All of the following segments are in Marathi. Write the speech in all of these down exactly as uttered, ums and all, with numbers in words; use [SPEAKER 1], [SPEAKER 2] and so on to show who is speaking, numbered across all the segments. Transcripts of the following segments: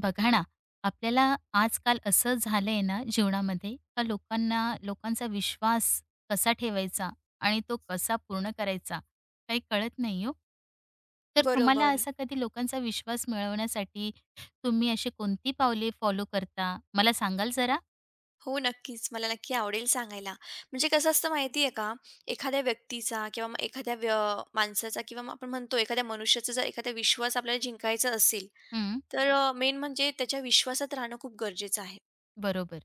[SPEAKER 1] बघा ना, आपल्याला आजकाल असं झालंय ना जीवनामध्ये का लोकांना लोकांचा विश्वास कसा ठेवायचा आणि तो कसा पूर्ण करायचा, काही कळत नाही हो. तर तुम्हाला
[SPEAKER 2] बरोबर.
[SPEAKER 1] असा कधी लोकांचा विश्वास मिळवण्यासाठी तुम्ही अशी कोणती पावले फॉलो करता? मला सांगाल जरा?
[SPEAKER 2] हो, नक्कीच. मला नक्की आवडेल सांगायला. म्हणजे कसं असतं माहिती आहे का, एखाद्या व्यक्तीचा किंवा मग एखाद्या व्य माणसाचा किंवा मग आपण म्हणतो एखाद्या मनुष्याचा जर एखादा विश्वास आपल्याला जिंकायचा असेल,
[SPEAKER 1] हं,
[SPEAKER 2] तर अ, मेन म्हणजे त्याच्या विश्वासात राहणं खूप गरजेचं आहे.
[SPEAKER 1] बरोबर.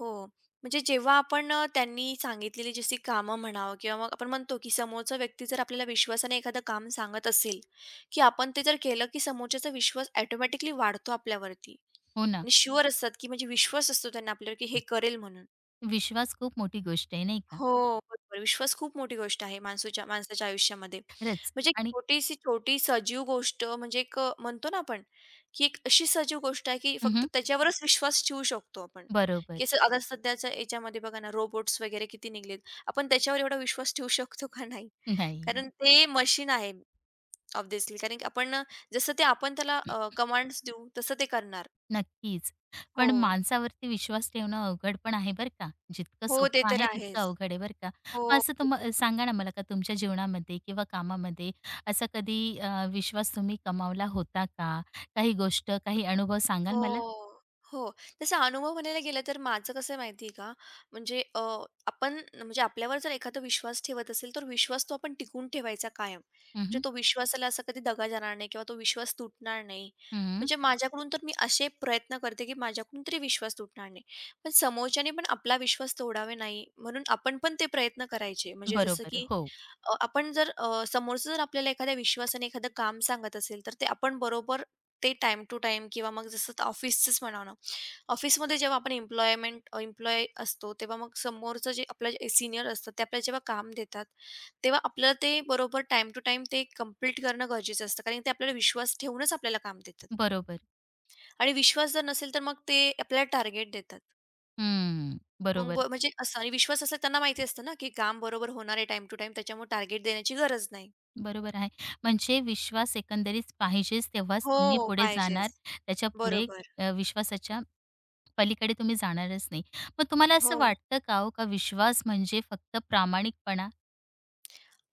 [SPEAKER 2] हो. म्हणजे जेव्हा आपण अ, त्यांनी सांगितलेली जशी कामं म्हणावं किंवा मग आपण म्हणतो की समोरचा व्यक्ती जर आपल्याला विश्वासाने एखादं काम सांगत असेल, की आपण ते जर केलं की समोरच्याचा विश्वास ऑटोमॅटिकली वाढतो आपल्यावरती
[SPEAKER 1] हो ना.
[SPEAKER 2] आणि शुअर असतात की म्हणजे विश्वास असतो त्यांना आपल्यावर की हे करेल म्हणून.
[SPEAKER 1] विश्वास खूप मोठी गोष्ट आहे नाही का?
[SPEAKER 2] हो, बरोबर. विश्वास खूप मोठी गोष्ट आहे माणसूच्या माणसाच्या आयुष्यामध्ये.
[SPEAKER 1] खरंच
[SPEAKER 2] म्हणजे एक
[SPEAKER 1] आणि
[SPEAKER 2] छोटीशी छोटी सजीव गोष्ट म्हणजे एक अ, म्हणतो ना आपण, की एक अशी सजीव गोष्ट आहे, की फक्त
[SPEAKER 1] हं,
[SPEAKER 2] त्याच्यावरच विश्वास ठेवू शकतो आपण. की
[SPEAKER 1] बरोबर.
[SPEAKER 2] असं आता सध्याच्या याच्यामध्ये बघा ना, रोबोट्स वगैरे किती निघलेत. आपण त्याच्यावर एवढा विश्वास ठेवू शकतो का नाही?
[SPEAKER 1] नाही.
[SPEAKER 2] कारण ते मशीन आहे ऑब्व्हियसली. कारण की आपण अ, जसं ते आपण त्याला कमांड्स देऊ, तसं ते करणार.
[SPEAKER 1] नक्कीच.
[SPEAKER 2] हो.
[SPEAKER 1] पण माणसावरती विश्वास ठेवणं अवघड पण आहे बरं का. जितकं
[SPEAKER 2] हो, ते
[SPEAKER 1] सोपं
[SPEAKER 2] तर
[SPEAKER 1] आहे तितकं
[SPEAKER 2] आहेच.
[SPEAKER 1] अवघड आहे बरं का.
[SPEAKER 2] हो.
[SPEAKER 1] मग असं तुम सांगा ना मला का तुमच्या जीवनामध्ये किंवा कामामध्ये असा कधी अ, विश्वास तुम्ही कमावला होता का? काही गोष्ट, काही अनुभव सांगाल मला?
[SPEAKER 2] हो, हो. तसा अनुभव म्हणायला गेलं तर माझं कसं आहे माहिती आहे का, म्हणजे अ, आपण म्हणजे आपल्यावर जर एखादा विश्वास ठेवत असेल, तर विश्वास तो आपण टिकवून ठेवायचा कायम.
[SPEAKER 1] हं,
[SPEAKER 2] म्हणजे
[SPEAKER 1] हं.
[SPEAKER 2] तो विश्वासाला असा कधी दगा जाणार नाही किंवा तो विश्वास तुटणार नाही. म्हणजे माझ्याकडून तर मी असे प्रयत्न करते, की माझ्याकडून तरी विश्वास तुटणार नाही. पण समोरच्याने पण आपला विश्वास तोडावे नाही, म्हणून आपण पण ते प्रयत्न करायचे. म्हणजे जसं
[SPEAKER 1] बरोबर.
[SPEAKER 2] की
[SPEAKER 1] हो.
[SPEAKER 2] अ, आपण जर अ, समोरचं जर आपल्याला एखाद्या विश्वासाने एखादं काम सांगत असेल, तर ते आपण बरोबर ते टाईम टू टाईम किंवा मग जसं ऑफिसचंच म्हणावं ना, ऑफिसमध्ये जेव्हा आपण एम्प्लॉयमेंट एम्प्लॉयी असतो, तेव्हा मग समोरचं जे आपलं सीनियर असतात, ते आपल्याला जेव्हा काम देतात, तेव्हा आपल्याला ते बरोबर टाईम टू टाईम ते कंप्लीट करणं गरजेचं असतं. कारण ते आपल्याला विश्वास ठेवूनच आपल्याला काम देतात
[SPEAKER 1] बरोबर.
[SPEAKER 2] आणि विश्वास जर नसेल, तर मग ते आपल्याला टार्गेट देतात.
[SPEAKER 1] हं.
[SPEAKER 2] मग
[SPEAKER 1] बरोबर.
[SPEAKER 2] ब म्हणजे असं आणि विश्वास असेल त्यांना माहिती असतं ना, की काम बरोबर होणार आहे टाईम टू टाईम, त्याच्यामुळे टार्गेट देण्याची गरज नाही.
[SPEAKER 1] बरोबर आहे. म्हणजे विश्वास एकंदरीत पाहिजेच तेव्हाच
[SPEAKER 2] हो,
[SPEAKER 1] तुम्ही पुढे
[SPEAKER 2] पाहिजेच.
[SPEAKER 1] जाणार. त्याच्यापुढे
[SPEAKER 2] बरोबर.
[SPEAKER 1] अ, विश्वासाच्या पलीकडे तुम्ही जाणारच नाही. मग तुम्हाला असं
[SPEAKER 2] हो.
[SPEAKER 1] वाटतं का हो, का विश्वास म्हणजे फक्त प्रामाणिकपणा.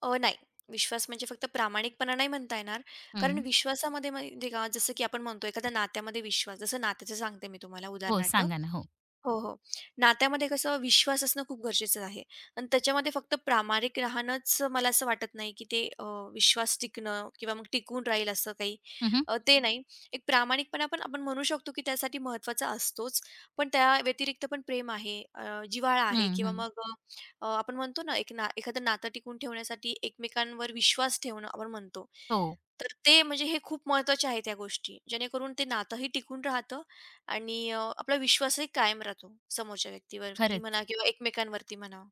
[SPEAKER 2] अ, नाही. विश्वास म्हणजे फक्त प्रामाणिकपणा नाही म्हणता येणार.
[SPEAKER 1] हं.
[SPEAKER 2] कारण विश्वासामध्ये म्हणजे का जसं की आपण म्हणतो एखाद्या नात्यामध्ये विश्वास जसं नात्याचं सांगते मी तुम्हाला
[SPEAKER 1] हो,
[SPEAKER 2] उदाहरणार्थ.
[SPEAKER 1] सांगा ना. हो.
[SPEAKER 2] हो, हो. नात्यामध्ये कसं विश्वास असणं खूप गरजेचं आहे आणि त्याच्यामध्ये फक्त प्रामाणिक राहणंच मला असं वाटत नाही, की ते अ, विश्वास टिकणं किंवा मग टिकून राहील असं काही
[SPEAKER 1] हं, हं.
[SPEAKER 2] अ, ते नाही. एक प्रामाणिकपणा पण आपण म्हणू शकतो, की त्यासाठी महत्त्वाचा असतोच. पण त्या व्यतिरिक्त पण प्रेम आहे, अ, जिव्हाळा आहे
[SPEAKER 1] हं,
[SPEAKER 2] किंवा
[SPEAKER 1] हं.
[SPEAKER 2] मग अ, आपण म्हणतो ना, एक ना एखादं नातं टिकून ठेवण्यासाठी एकमेकांवर विश्वास ठेवणं आपण म्हणतो.
[SPEAKER 1] हो,
[SPEAKER 2] तर ते म्हणजे हे खूप महत्त्वाचे आहे त्या गोष्टी, जेणेकरून ते नातंही टिकून राहतं आणि अ, आपला विश्वासही कायम राहतो समोरच्या व्यक्तीवरती
[SPEAKER 1] खरंच.
[SPEAKER 2] म्हणा किंवा एकमेकांवरती म्हणा.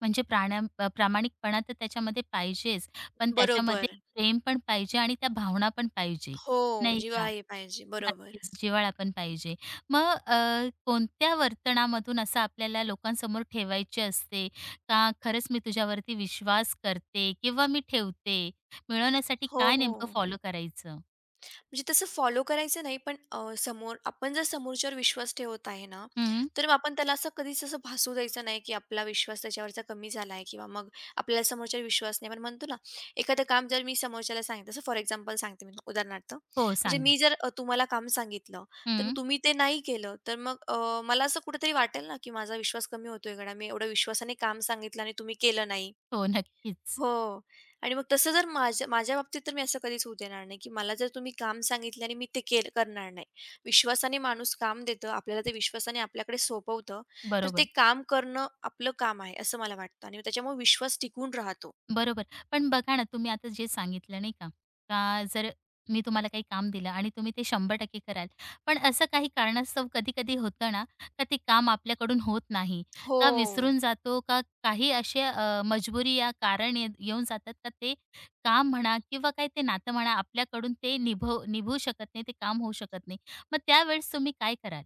[SPEAKER 1] म्हणजे प्राण्या अ, प्रामाणिकपणा तर त्याच्यामध्ये पाहिजेच, पण त्याच्यामध्ये
[SPEAKER 2] बरोबर.
[SPEAKER 1] प्रेम पण पाहिजे आणि त्या भावना पण पाहिजे,
[SPEAKER 2] हो,
[SPEAKER 1] नाही का?
[SPEAKER 2] जिव्हाळाही पाहिजे. बरोबर.
[SPEAKER 1] नक्कीच, जिव्हाळा पण पाहिजे. मग अ, कोणत्या वर्तनामधून असं आपल्याला लोकांसमोर ठेवायची असते का खरंच मी तुझ्यावरती विश्वास करते किंवा मी ठेवते, मिळवण्यासाठी
[SPEAKER 2] हो,
[SPEAKER 1] काय
[SPEAKER 2] हो.
[SPEAKER 1] नेमकं फॉलो करायचं?
[SPEAKER 2] म्हणजे तसं फॉलो करायचं नाही, पण अ, समोर आपण जर समोरच्यावर विश्वास ठेवत आहे ना,
[SPEAKER 1] हं.
[SPEAKER 2] तर मग आपण त्याला असं कधीच असं भासू द्यायचं नाही, की आपला विश्वास त्याच्यावरचा कमी झाला आहे किंवा मग आपल्याला समोरच्यावर विश्वास नाही. आपण म्हणतो ना, एखादं काम जर मी समोरच्याला सांगितलं, जसं फॉर एक्झाम्पल सांगते मी उदाहरणार्थ,
[SPEAKER 1] हो,
[SPEAKER 2] म्हणजे
[SPEAKER 1] सांगा.
[SPEAKER 2] मी जर अ, तुम्हाला काम सांगितलं, तर मग
[SPEAKER 1] हं.
[SPEAKER 2] तुम्ही ते नाही केलं, तर मग अ, मला असं कुठेतरी वाटेल ना, की माझा विश्वास कमी होतोय गड्या. मी एवढं विश्वासाने काम सांगितलं आणि तुम्ही केलं नाही.
[SPEAKER 1] हो, नक्कीच.
[SPEAKER 2] हो. आणि मग तसं जर माझ्या माझ्या बाबतीत तर मी असं कधीच होऊ देणार नाही, की मला जर तुम्ही काम सांगितलं आणि मी ते केल करणार नाही. विश्वासाने माणूस काम देतं, आपल्याला ते विश्वासाने आपल्याकडे सोपवतं, तर ते
[SPEAKER 1] बरोबर.
[SPEAKER 2] काम करणं आपलं काम आहे असं मला वाटतं आणि त्याच्यामुळे विश्वास टिकून राहतो.
[SPEAKER 1] बरोबर. पण बघा ना, तुम्ही आता जे सांगितलं नाही का, का जर मी तुम्हाला काही काम दिलं आणि तुम्ही ते शंभर टक्के कराल. पण असं काही कारणास्तव कधी-कधी होतं ना, का ते काम आपल्याकडून होत नाही,
[SPEAKER 2] हो.
[SPEAKER 1] का विसरून जातो, का काही असे अ, मजबुरी या कारण ये येऊन जातात का ते काम म्हणा किंवा काही ते नातं म्हणा आपल्याकडून ते निभव निभवू शकत नाही, ते काम होऊ शकत नाही. मग त्यावेळेस तुम्ही काय कराल?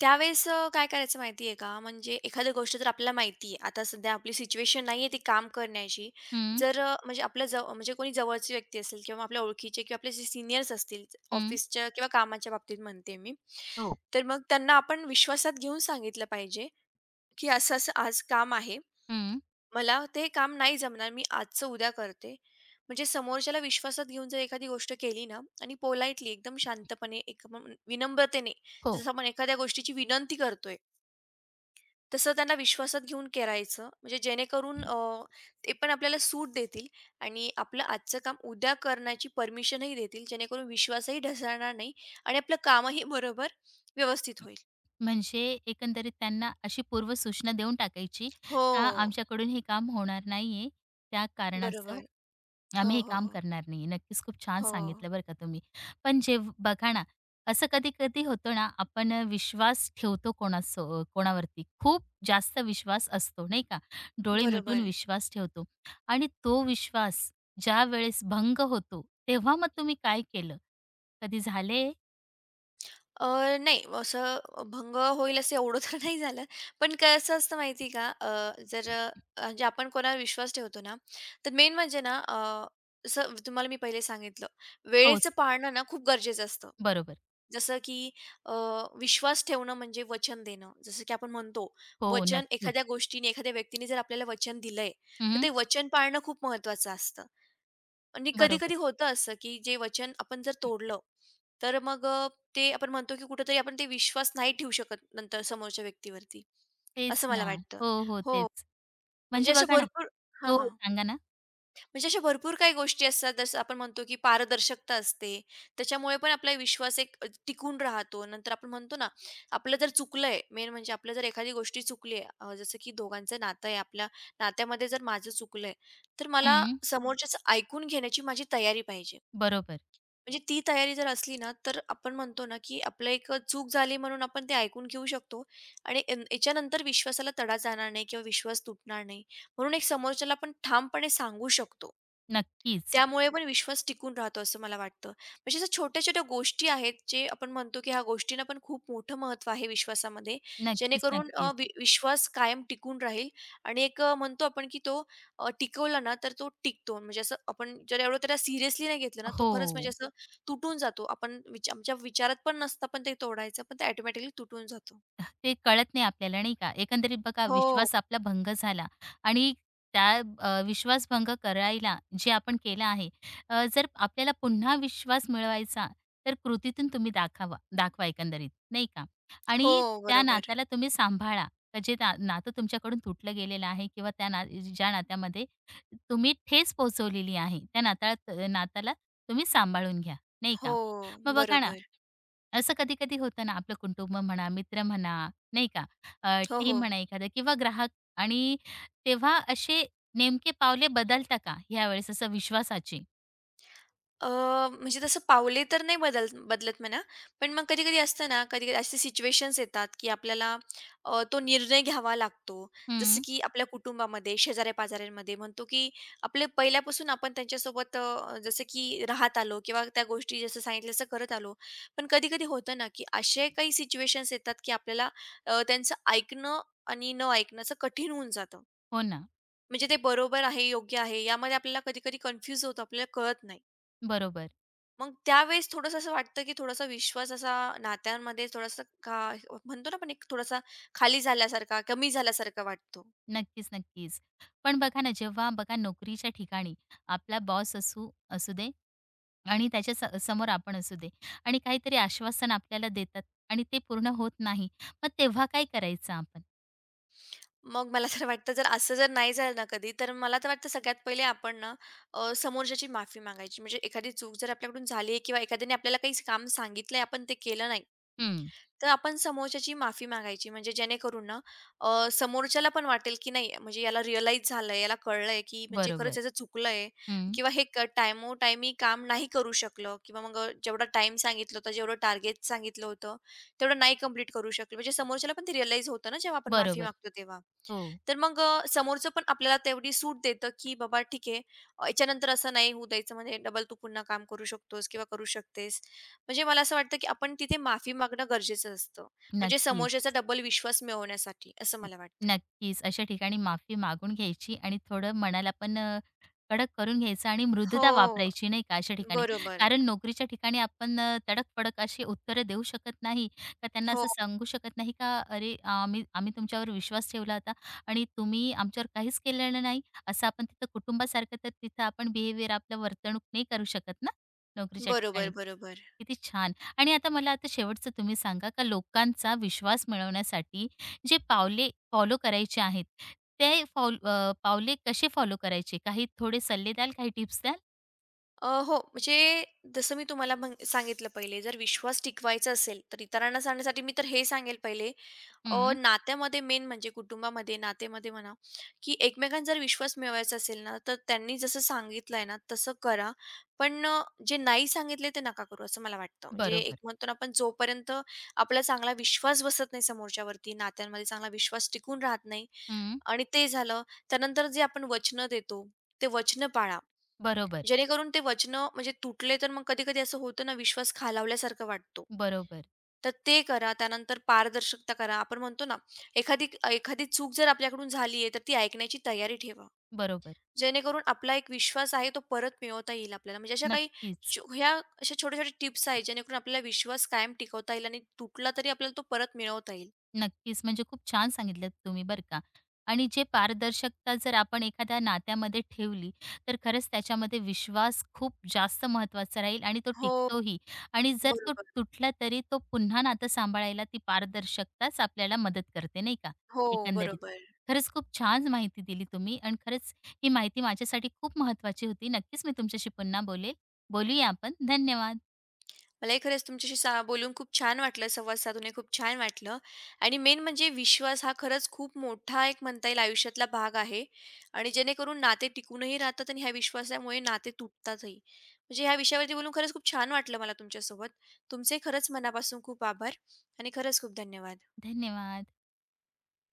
[SPEAKER 2] त्यावेळेस अ, काय करायचं माहिती आहे का, म्हणजे एखादी गोष्ट जर आपल्याला माहिती आहे, आता सध्या आपली सिच्युएशन नाही आहे ती काम करण्याची.
[SPEAKER 1] हं,
[SPEAKER 2] जर अ, म्हणजे आपल्या जव म्हणजे कोणी जवळची व्यक्ती असेल किंवा आपल्या ओळखीचे किंवा आपले जे सीनियर्स असतील
[SPEAKER 1] हं,
[SPEAKER 2] ऑफिसच्या किंवा कामाच्या बाबतीत म्हणते मी.
[SPEAKER 1] हो.
[SPEAKER 2] तर मग त्यांना आपण विश्वासात घेऊन सांगितलं पाहिजे, की असं-असं आज काम आहे.
[SPEAKER 1] हं.
[SPEAKER 2] मला ते काम नाही जमणार, मी आजचं उद्या करते. म्हणजे समोरच्याला विश्वासात घेऊन जर एखादी गोष्ट केली ना आणि पोलाइटली एकदम शांतपणे, एक म विनम्रतेने
[SPEAKER 1] हो.
[SPEAKER 2] जसं आपण एखाद्या गोष्टीची विनंती करतोय. तसं त्यांना विश्वासात घेऊन करायचं म्हणजे जेणेकरून अ, ते पण आपल्याला सूट देतील आणि आपलं आजचं काम उद्या करण्याची परमिशनही देतील जेणेकरून विश्वासही ढासळणार नाही आणि आपलं कामही बरोबर व्यवस्थित होईल.
[SPEAKER 1] म्हणजे एकंदरीत त्यांना अशी पूर्वसूचना देऊन टाकायची का
[SPEAKER 2] हो.
[SPEAKER 1] आमच्याकडून हे काम होणार नाहीये, त्या कारणास्तव
[SPEAKER 2] बरोबर. हो,
[SPEAKER 1] आम्ही हे
[SPEAKER 2] हो,
[SPEAKER 1] काम
[SPEAKER 2] हो.
[SPEAKER 1] करणार नाही. नक्कीच खूप छान
[SPEAKER 2] हो.
[SPEAKER 1] सांगितलं बरं का तुम्ही. पण जेव्ह बघा ना, असं कधी-कधी होतं ना, आपण विश्वास ठेवतो कोणासो कोणावरती खूप जास्त विश्वास असतो नाही का? डोळे मिटून
[SPEAKER 2] बरोबर.
[SPEAKER 1] विश्वास ठेवतो आणि तो विश्वास ज्यावेळेस भंग होतो, तेव्हा मग तुम्ही काय केलं? कधी झाले?
[SPEAKER 2] अ, नाही असं भंग होईल असं एवढं तर नाही झालं. पण कसं असतं माहिती का? अ, जर अ, म्हणजे आपण कोणावर विश्वास ठेवतो ना, तर मेन म्हणजे ना अ, जसं तुम्हाला मी पहिले सांगितलं,
[SPEAKER 1] हो,
[SPEAKER 2] वेळेचं पाळणं ना खूप गरजेचं असतं.
[SPEAKER 1] बरोबर.
[SPEAKER 2] जसं की अ, विश्वास ठेवणं म्हणजे वचन देणं. जसं की आपण म्हणतो,
[SPEAKER 1] हो,
[SPEAKER 2] वचन
[SPEAKER 1] नक्कीच.
[SPEAKER 2] एखाद्या गोष्टीने, एखाद्या व्यक्तीने जर आपल्याला वचन दिलंय, तर
[SPEAKER 1] हं.
[SPEAKER 2] ते वचन पाळणं खूप महत्त्वाचं असतं. आणि
[SPEAKER 1] बरोबर.
[SPEAKER 2] कधी-कधी होतं असं, की जे वचन आपण जर तोडलं, तर मग अ, ते आपण म्हणतो, की कुठेतरी आपण ते विश्वास नाही ठेवू शकत नंतर समोरच्या व्यक्तीवरती,
[SPEAKER 1] तेच
[SPEAKER 2] असं मला
[SPEAKER 1] ना.
[SPEAKER 2] वाटतं.
[SPEAKER 1] हो, हो.
[SPEAKER 2] हो,
[SPEAKER 1] तेच.
[SPEAKER 2] म्हणजे
[SPEAKER 1] म्हणजे
[SPEAKER 2] अशा
[SPEAKER 1] बघा ना
[SPEAKER 2] भरपूर हां,
[SPEAKER 1] हो, हो,
[SPEAKER 2] हां.
[SPEAKER 1] सांगा ना?
[SPEAKER 2] म्हणजे अशा भरपूर काही गोष्टी असतात, जसं आपण म्हणतो, की पारदर्शकता असते. त्याच्यामुळे पण आपला विश्वास एक अ, टिकून राहतो. नंतर आपण म्हणतो ना, आपलं जर चुकलंय, मेन म्हणजे आपलं जर एखादी गोष्टी चुकली आहे, जसं की दोघांचं नातं आहे, आपल्या नात्यामध्ये जर माझं चुकलंय, तर मला
[SPEAKER 1] हं.
[SPEAKER 2] समोरच्याचं ऐकून घेण्याची माझी तयारी पाहिजे.
[SPEAKER 1] बरोबर.
[SPEAKER 2] म्हणजे ती तयारी जर असली ना, तर आपण म्हणतो ना, की आपलं एक अ, चूक झाली म्हणून आपण ते ऐकून घेऊ शकतो आणि यान याच्यानंतर विश्वासाला तडा जाणार नाही किंवा विश्वास तुटणार नाही. म्हणून एक समोरच्याला आपण ठामपणे सांगू शकतो.
[SPEAKER 1] नक्कीच.
[SPEAKER 2] त्यामुळे पण विश्वास टिकून राहतो असं मला वाटतं. म्हणजे अशा छोट्या-छोट्या गोष्टी आहेत, जे आपण म्हणतो की ह्या गोष्टींना पण खूप मोठं महत्त्व आहे विश्वासामध्ये.
[SPEAKER 1] नक्कीच,
[SPEAKER 2] जेणेकरून अ,
[SPEAKER 1] नक्कीच.
[SPEAKER 2] वि विश्वास कायम टिकून राहील आणि एक अ, म्हणतो आपण की तो अ, टिकवला ना, तर तो टिकतो. म्हणजे असं आपण जर एवढं त्याला सिरियसली नाही घेतलं ना, तो खरंच म्हणजे
[SPEAKER 1] हो.
[SPEAKER 2] असं तुटून जातो. आपण विचा आमच्या विचारात पण नसतं पण ते तोडायचं, पण ते ऑटोमॅटिकली तुटून जातो.
[SPEAKER 1] ते कळत नाही आपल्याला नाही का? एकंदरीत बघा
[SPEAKER 2] हो.
[SPEAKER 1] विश्वास आपला भंग झाला आणि त्या अ, विश्वासभंग करायला जे आपण केलं आहे अ, जर आपल्याला पुन्हा विश्वास मिळवायचा तर कृतीतून तुम्ही दाखावा दाखवा एकंदरीत नाही का?
[SPEAKER 2] हो,
[SPEAKER 1] आणि त्या
[SPEAKER 2] बरोबर.
[SPEAKER 1] नात्याला तुम्ही सांभाळा. तर जे ना नातं तुमच्याकडून तुटलं गेलेलं आहे किंवा त्या ना ज्या नात्यामध्ये तुम्ही ठेच पोहोचवलेली आहे, त्या नात्याला नात्याला तुम्ही सांभाळून घ्या, नाही
[SPEAKER 2] हो,
[SPEAKER 1] का? मग बघा ना
[SPEAKER 2] बरोबर.
[SPEAKER 1] असं कधी-कधी होतं ना, आपलं कुटुंब म्हणा, मित्र म्हणा, नाही का, अ,
[SPEAKER 2] हो,
[SPEAKER 1] टीम
[SPEAKER 2] हो.
[SPEAKER 1] म्हणा एखादं किंवा ग्राहक आणि तेव्हा असे नेमके पावले बदलता का यावेळेस असं विश्वासाचे?
[SPEAKER 2] अ, म्हणजे तसं पावले तर नाही बदल बदलत म्हणा. पण मग कधी-कधी असतं ना, कधी-कधी असे सिच्युएशन्स येतात, की आपल्याला अ, तो निर्णय घ्यावा लागतो. जसं
[SPEAKER 1] हं,
[SPEAKER 2] की आपल्या कुटुंबामध्ये, शेजाऱ्या-पाजाऱ्यांमध्ये म्हणतो, की आपले पहिल्यापासून आपण त्यांच्यासोबत अ, जसं की राहत आलो किंवा त्या गोष्टी जसं सांगितलं तसं करत आलो. पण कधी-कधी होतं ना, की असे काही सिच्युएशन्स येतात, की आपल्याला अ, त्यांचं ऐकणं आणि न ऐकणं असं कठीण होऊन जातं.
[SPEAKER 1] हो ना,
[SPEAKER 2] म्हणजे ते बरोबर आहे, योग्य आहे, यामध्ये आपल्याला कधी-कधी कन्फ्यूज होतो, आपल्याला कळत नाही.
[SPEAKER 1] बरोबर.
[SPEAKER 2] मग त्यावेळेस थोडंसं असं वाटतं, की थोडासा विश्वास असा नात्यांमध्ये थोडासा का म्हणतो ना आपण एक थोडासा खाली झाल्यासारखा, कमी झाल्यासारखा वाटतो.
[SPEAKER 1] नक्कीच, नक्कीच. पण बघा ना, जेव्हा बघा नोकरीच्या ठिकाणी आपला बॉस असू असू दे आणि त्याच्या स समोर आपण असू दे आणि काहीतरी आश्वासन आपल्याला देतात आणि ते पूर्ण होत नाही, मग तेव्हा काय करायचं आपण?
[SPEAKER 2] मग मला तर वाटतं जर असं जर नाही झालं ना कधी, तर मला तर वाटतं सगळ्यात पहिले आपण ना अ, समोरच्याची माफी मागायची. म्हणजे एखादी चूक जर आपल्याकडून झाली आहे किंवा एखाद्याने आपल्याला काही काम सांगितलंय, आपण ते केलं नाही.
[SPEAKER 1] हं,
[SPEAKER 2] तर आपण समोरच्याची माफी मागायची म्हणजे जेणेकरून ना अ, समोरच्याला पण वाटेल की नाही म्हणजे याला रिअलाईज झालंय, याला कळलंय की म्हणजे
[SPEAKER 1] बरोबर.
[SPEAKER 2] खरंच याचं चुकलंय
[SPEAKER 1] हं,
[SPEAKER 2] किंवा हे क टायमोटायमी काम नाही करू शकलं किंवा मग अ, जेवढा टाईम सांगितलं होतं, जेवढं टार्गेट सांगितलं होतं, तेवढं नाही कंप्लीट करू शकलं. म्हणजे समोरच्याला पण ते रिअलाईज होतं ना, जेव्हा आपण माफी
[SPEAKER 1] बरोबर.
[SPEAKER 2] मागतो तेव्हा.
[SPEAKER 1] हो,
[SPEAKER 2] तर मग अ, समोरचं पण आपल्याला तेवढी सूट देतं, की "बाबा ठीक आहे, अ, याच्यानंतर असं नाही होऊ द्यायचं, म्हणजे डबल तू पुन्हा काम करू शकतोस किंवा करू शकतेस." म्हणजे मला असं वाटतं, की आपण तिथे माफी मागणं गरजेचं असतं, म्हणजे समोरच्याचा
[SPEAKER 1] नक्कीच.
[SPEAKER 2] डबल विश्वास मिळवण्यासाठी, असं
[SPEAKER 1] न
[SPEAKER 2] मला वाटतं.
[SPEAKER 1] नक्कीच. अशा ठिकाणी माफी मागून घ्यायची आणि थोडं मनाला पण अ, कडक करून घ्यायचं आणि
[SPEAKER 2] हो,
[SPEAKER 1] मृदुता वापरायची नाही का अशा ठिकाणी.
[SPEAKER 2] बरोबर.
[SPEAKER 1] कारण नोकरीच्या ठिकाणी आपण अ, तडक-फडक अशी उत्तरं देऊ शकत नाही का त्यांना
[SPEAKER 2] हो,
[SPEAKER 1] असं सांगू शकत नाही का "अरे, आम्ही आम्ही तुमच्यावर विश्वास ठेवला होता आणि तुम्ही आमच्यावर काहीच केलेलं नाही." असं आपण तिथं कुटुंबासारखं तर तिथं आपण बिहेवियर आपलं वर्तणूक नाही करू शकत ना नोकरीच्या
[SPEAKER 2] बरोबर,
[SPEAKER 1] ठिकाणी.
[SPEAKER 2] बरोबर.
[SPEAKER 1] किती छान. आणि आता मला आता शेवटचं तुम्ही सांगा का लोकांचा विश्वास मिळवण्यासाठी जे पावले फॉलो करायचे आहेत, ते फॉल अ, पावले कसे फॉलो करायचे? काही थोडे सल्ले द्याल, काही टिप्स द्याल?
[SPEAKER 2] अ, हो, म्हणजे जसं मी तुम्हाला म्हण सांगितलं पहिले जर विश्वास टिकवायचा असेल, तर इतरांना सांगण्यासाठी मी तर हे सांगेल पहिले अ,
[SPEAKER 1] हं,
[SPEAKER 2] नात्यामध्ये मेन म्हणजे कुटुंबामध्ये, नातेमध्ये म्हणा, की एकमेकांचा जर विश्वास मिळवायचा असेल ना, तर त्यांनी जसं सांगितलंय ना, तसं करा. पण अ, जे नाही सांगितले ते नका करू असं मला वाटतं. म्हणजे
[SPEAKER 1] बरोबर.
[SPEAKER 2] एक म्हणतो ना आपण जोपर्यंत आपला चांगला विश्वास बसत नाही समोरच्यावरती, नात्यांमध्ये चांगला विश्वास टिकून राहत नाही
[SPEAKER 1] हं,
[SPEAKER 2] आणि ते झालं, त्यानंतर जे आपण वचनं देतो, ते वचनं पाळा.
[SPEAKER 1] बरोबर,
[SPEAKER 2] जेणेकरून ते वचनं म्हणजे तुटले तर मग कधी-कधी असं होतं ना, विश्वास खालावल्यासारखं वाटतो.
[SPEAKER 1] बरोबर,
[SPEAKER 2] तर ते करा. त्यानंतर पारदर्शकता करा. आपण म्हणतो ना, एखादी एखादी चूक जर आपल्याकडून झाली आहे, तर ती ऐकण्याची तयारी ठेवा.
[SPEAKER 1] बरोबर.
[SPEAKER 2] जेणेकरून आपला एक विश्वास आहे, तो परत मिळवता येईल आपल्याला. म्हणजे अशा काही
[SPEAKER 1] नक्कीच.
[SPEAKER 2] छो ह्या अशा छोट्या-छोट्या टिप्स आहेत, जेणेकरून आपल्याला विश्वास कायम टिकवता येईल आणि तुटला तरी आपल्याला तो परत मिळवता येईल.
[SPEAKER 1] नक्कीच. म्हणजे खूप छान सांगितलं तुम्ही बरं का. आणि जे पारदर्शकता जर आपण एखाद्या नात्यामध्ये ठेवली, तर खरंच त्याच्यामध्ये विश्वास खूप जास्त महत्त्वाचा राहील आणि तो
[SPEAKER 2] हो,
[SPEAKER 1] टिकतोही. आणि जर तो
[SPEAKER 2] बरोबर.
[SPEAKER 1] तुटला तरी तो पुन्हा नातं सांभाळायला ती पारदर्शकताच आपल्याला मदत करते, नाही का,
[SPEAKER 2] हो,
[SPEAKER 1] एकंदरीत.
[SPEAKER 2] बरोबर.
[SPEAKER 1] खरंच खूप छान माहिती दिली तुम्ही आणि खरंच ही माहिती माझ्यासाठी खूप महत्त्वाची होती. नक्कीच मी तुमच्याशी पुन्हा बोलेल. बोलूया आपण. धन्यवाद.
[SPEAKER 2] मलाही खरंच तुमच्याशी सा बोलून खूप छान वाटलं, संवाद साधूनही खूप छान वाटलं आणि मेन म्हणजे विश्वास हा खरंच खूप मोठा एक म्हणता येईल आयुष्यातला भाग आहे आणि जेणेकरून नाते टिकूनही राहतात आणि ह्या विश्वासामुळे नाते तुटतातही. म्हणजे ह्या विषयावरती बोलून खरंच खूप छान वाटलं मला तुमच्यासोबत. तुमचे खरंच मनापासून खूप आभार आणि खरंच खूप धन्यवाद.
[SPEAKER 1] धन्यवाद.